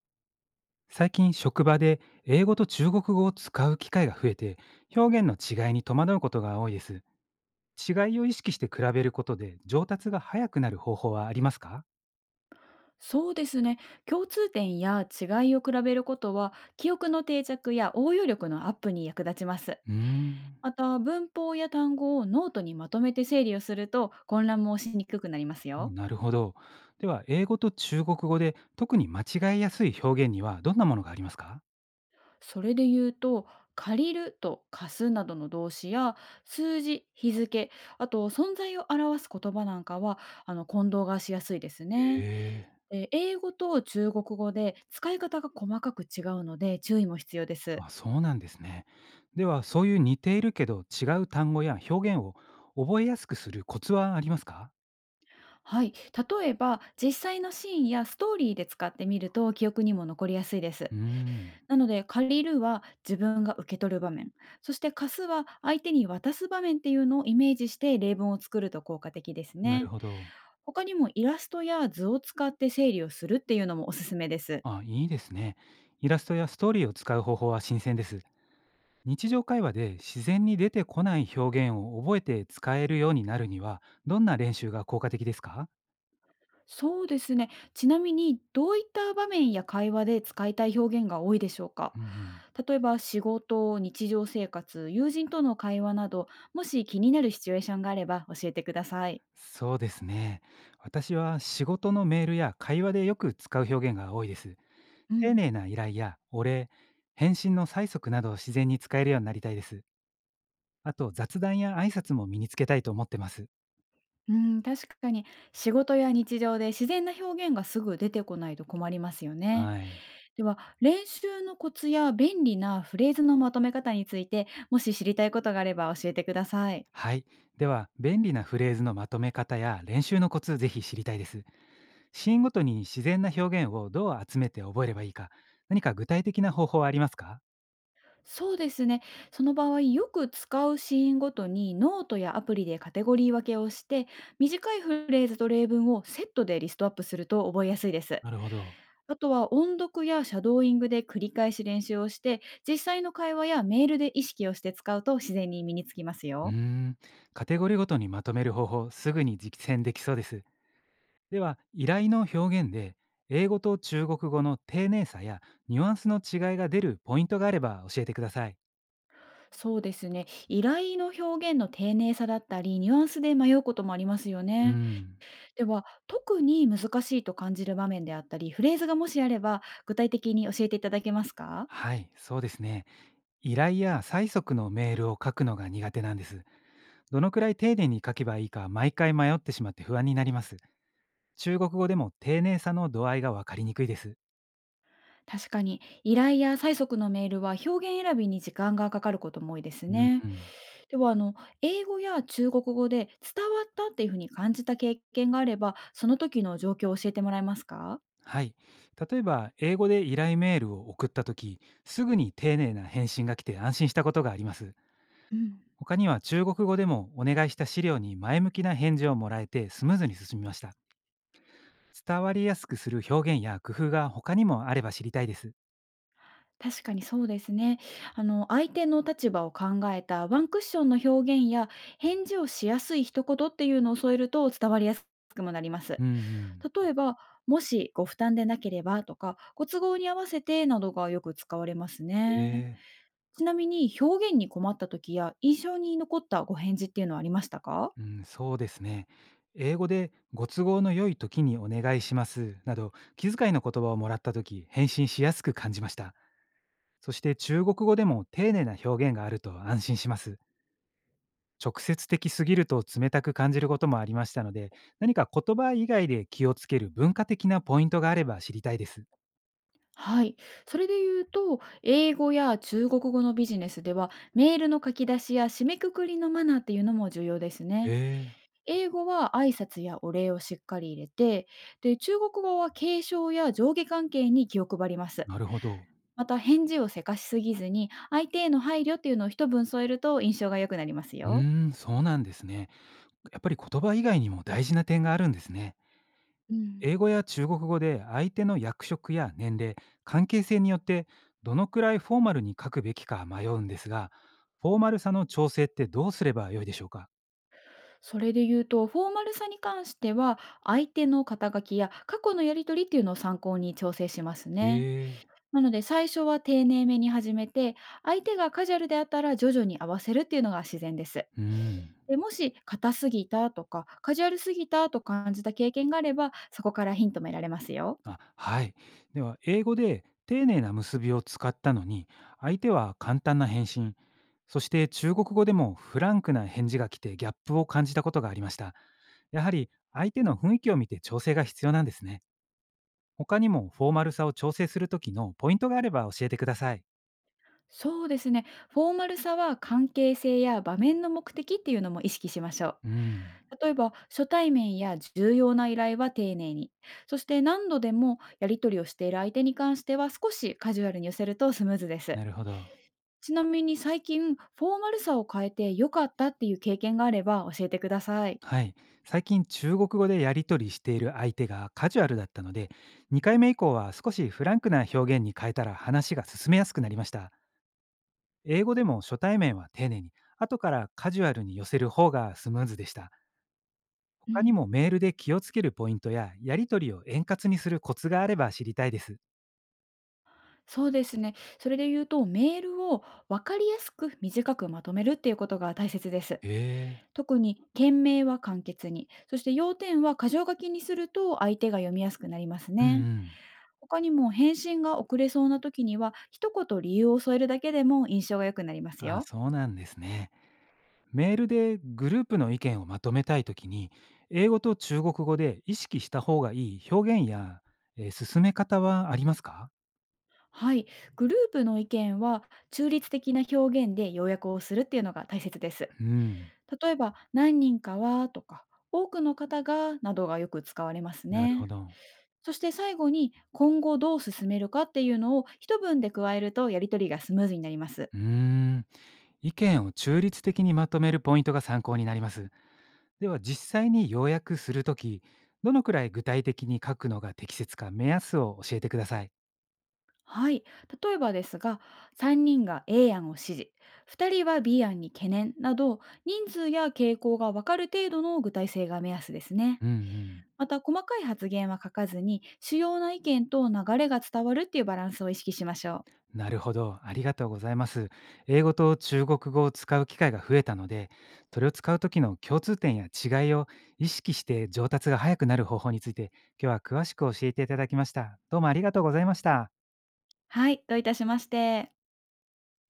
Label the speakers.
Speaker 1: 最近職場で英語と中国語を使う機会が増えて、表現の違いに戸惑うことが多いです。違いを意識して比べることで上達が早くなる方法はありますか？
Speaker 2: そうですね。共通点や違いを比べることは、記憶の定着や応用力のアップに役立ちます。
Speaker 1: うーん。
Speaker 2: また、文法や単語をノートにまとめて整理をすると、混乱もしにくくなります
Speaker 1: あ
Speaker 2: よ。
Speaker 1: なるほど。では英語と中国語で特に間違いやすい表現にはどんなものがありますか？
Speaker 2: それで言うと、借りると貸すなどの動詞や、数字、日付、あと存在を表す言葉なんかは、混同がしやすいですね。
Speaker 1: ええ。
Speaker 2: で、英語と中国語で使い方が細かく違うので注意も必要です。
Speaker 1: あそうなんですね。では、そういう似ているけど違う単語や表現を覚えやすくするコツはありますか？
Speaker 2: はい、例えば実際のシーンやストーリーで使ってみると記憶にも残りやすいです。
Speaker 1: うーん。
Speaker 2: なので、借りるは自分が受け取る場面、そして貸すは相手に渡す場面っていうのをイメージして例文を作ると効果的です
Speaker 1: なる
Speaker 2: ね。
Speaker 1: ほど。
Speaker 2: 他にもイラストや図を使って整理をするっていうのもおすすめです。
Speaker 1: あ、いいですね。イラストやストーリーを使う方法は新鮮です。日常会話で自然に出てこない表現を覚えて使えるようになるには、どんな練習が効果的ですか？
Speaker 2: そうですね。ちなみに、どういった場面や会話で使いたい表現が多いでしょうか？
Speaker 1: うんうん。
Speaker 2: 例えば、仕事、日常生活、友人との会話など、もし気になるシチュエーションがあれば教えてください。
Speaker 1: そうですね。私は仕事のメールや会話でよく使う表現が多いです。
Speaker 2: う
Speaker 1: 丁
Speaker 2: ん、
Speaker 1: 寧な依頼やお礼、返信の催促などを自然に使えるようになりたいです。あと雑談や挨拶も身につけたいと思ってます。
Speaker 2: うん、確かに、仕事や日常で自然な表現がすぐ出てこないと困りますよね。
Speaker 1: はい。
Speaker 2: では、練習のコツや便利なフレーズのまとめ方について、もし知りたいことがあれば教えてください。
Speaker 1: はい。では、便利なフレーズのまとめ方や練習のコツ、ぜひ知りたいです。シーンごとに自然な表現をどう集めて覚えればいいか、何か具体的な方法はありますか？
Speaker 2: そうですね。その場合、よく使うシーンごとにノートやアプリでカテゴリー分けをして、短いフレーズと例文をセットでリストアップすると覚えやすいです。
Speaker 1: なるほど。
Speaker 2: あとは音読やシャドーイングで繰り返し練習をして、実際の会話やメールで意識をして使うと自然に身につきます
Speaker 1: う
Speaker 2: よ。
Speaker 1: ーん、カテゴリーごとにまとめる方法、すぐに実践できそうです。では、依頼の表現で、英語と中国語の丁寧さやニュアンスの違いが出るポイントがあれば教えてください。
Speaker 2: そうですね。依頼の表現の丁寧さだったり、ニュアンスで迷うこともありますよ
Speaker 1: うー
Speaker 2: ね。
Speaker 1: ん。
Speaker 2: では、特に難しいと感じる場面であったり、フレーズがもしあれば、具体的に教えていただけますか？
Speaker 1: はい、そうですね。依頼や催促のメールを書くのが苦手なんです。どのくらい丁寧に書けばいいか毎回迷ってしまって不安になります。中国語でも丁寧さの度合いがわかりにくいです。
Speaker 2: 確かに、依頼や催促のメールは表現選びに時間がかかることも多いです
Speaker 1: うん
Speaker 2: ね。
Speaker 1: うん。
Speaker 2: では、英語や中国語で伝わったっていうふうに感じた経験があれば、その時の状況を教えてもらえますか？
Speaker 1: はい。例えば、英語で依頼メールを送ったとき、すぐに丁寧な返信が来て安心したことがあります。
Speaker 2: うん、
Speaker 1: 他には中国語でもお願いした資料に前向きな返事をもらえてスムーズに進みました。伝わりやすくする表現や工夫が他にもあれば知りたいです。
Speaker 2: 確かにそうですね。相手の立場を考えたワンクッションの表現や、返事をしやすい一言っていうのを添えると伝わりやすくもなります。
Speaker 1: うんうん。
Speaker 2: 例えば、もしご負担でなければとか、ご都合に合わせてなどがよく使われますね。
Speaker 1: ええ。
Speaker 2: ちなみに、表現に困った時や印象に残ったご返事っていうのはありましたか？
Speaker 1: うん、そうですね。英語でご都合の良い時にお願いしますなど気遣いの言葉をもらった時、返信しやすく感じました。そして中国語でも丁寧な表現があると安心します。直接的すぎると冷たく感じることもありましたので、何か言葉以外で気をつける文化的なポイントがあれば知りたいです。
Speaker 2: はい。それで言うと、英語や中国語のビジネスでは、メールの書き出しや締めくくりのマナーっていうのも重要ですね。
Speaker 1: え
Speaker 2: 英語は挨拶やお礼をしっかり入れて、で、中国語は敬称や上下関係に気を配りま
Speaker 1: ー、
Speaker 2: す。
Speaker 1: なるほど。
Speaker 2: また、返事をせかしすぎずに、相手への配慮っていうのを一文添えると印象が良くなります
Speaker 1: う
Speaker 2: よ。
Speaker 1: ーん、そうなんですね。やっぱり言葉以外にも大事な点があるんですね。
Speaker 2: うん。
Speaker 1: 英語や中国語で相手の役職や年齢、関係性によってどのくらいフォーマルに書くべきか迷うんですが、フォーマルさの調整ってどうすればよいでしょうか？
Speaker 2: それで言うと、フォーマルさに関しては、相手の肩書きや過去のやり取りっていうのを参考に調整します
Speaker 1: え
Speaker 2: ね。
Speaker 1: え。
Speaker 2: なので、最初は丁寧めに始めて、相手がカジュアルであったら徐々に合わせるっていうのが自然です。
Speaker 1: うん。
Speaker 2: で、もし、硬すぎたとか、カジュアルすぎたと感じた経験があれば、そこからヒントも得られますよ。
Speaker 1: あ、はい。では、英語で丁寧な結びを使ったのに、相手は簡単な返信、そして中国語でもフランクな返事が来てギャップを感じたことがありました。やはり相手の雰囲気を見て調整が必要なんですね。他にもフォーマルさを調整する時のポイントがあれば教えてください。
Speaker 2: そうですね。フォーマルさは関係性や場面の目的っていうのも意識しましょう。
Speaker 1: うーん、
Speaker 2: 例えば、初対面や重要な依頼は丁寧に。そして何度でもやり取りをしている相手に関しては少しカジュアルに寄せるとスムーズです。
Speaker 1: なるほど。
Speaker 2: ちなみに、最近、フォーマルさを変えて良かったっていう経験があれば教えてください。
Speaker 1: はい。最近中国語でやり取りしている相手がカジュアルだったので、2回目以降は少しフランクな表現に変えたら話が進めやすくなりました。英語でも初対面は丁寧に、後からカジュアルに寄せる方がスムーズでした。
Speaker 2: う
Speaker 1: 他に
Speaker 2: ん、
Speaker 1: もメールで気をつけるポイントや、やり取りを円滑にするコツがあれば知りたいです。
Speaker 2: そうですね。それで言うと、メールを分かりやすく短くまとめるっていうことが大切です。
Speaker 1: へえ。
Speaker 2: 特に件名は簡潔に、そして要点は箇条書きにすると相手が読みやすくなります
Speaker 1: うんう
Speaker 2: ね。
Speaker 1: ん。
Speaker 2: 他にも、返信が遅れそうな時には一言理由を添えるだけでも印象が良くなります
Speaker 1: あ、
Speaker 2: よ。
Speaker 1: そうなんですね。メールでグループの意見をまとめたいときに、英語と中国語で意識した方がいい表現や、進め方はありますか？
Speaker 2: はい、グループの意見は中立的な表現で要約をするっていうのが大切です。
Speaker 1: うん、
Speaker 2: 例えば、何人かはとか、多くの方がなどがよく使われます
Speaker 1: なるほ
Speaker 2: ね。
Speaker 1: ど。
Speaker 2: そして最後に、今後どう進めるかっていうのを一文で加えるとやり取りがスムーズになります。
Speaker 1: うーん、意見を中立的にまとめるポイントが参考になります。では実際に要約するとき、どのくらい具体的に書くのが適切か目安を教えてください。
Speaker 2: はい。例えばですが、3人が A 案を支持、2人は B 案に懸念など、人数や傾向が分かる程度の具体性が目安ですね。
Speaker 1: うんうん。
Speaker 2: また、細かい発言は書かずに、主要な意見と流れが伝わるっていうバランスを意識しましょう。
Speaker 1: なるほど、ありがとうございます。英語と中国語を使う機会が増えたので、それを使う時の共通点や違いを意識して上達が早くなる方法について、今日は詳しく教えていただきました。どうもありがとうございました。
Speaker 2: はい。どういたしまして。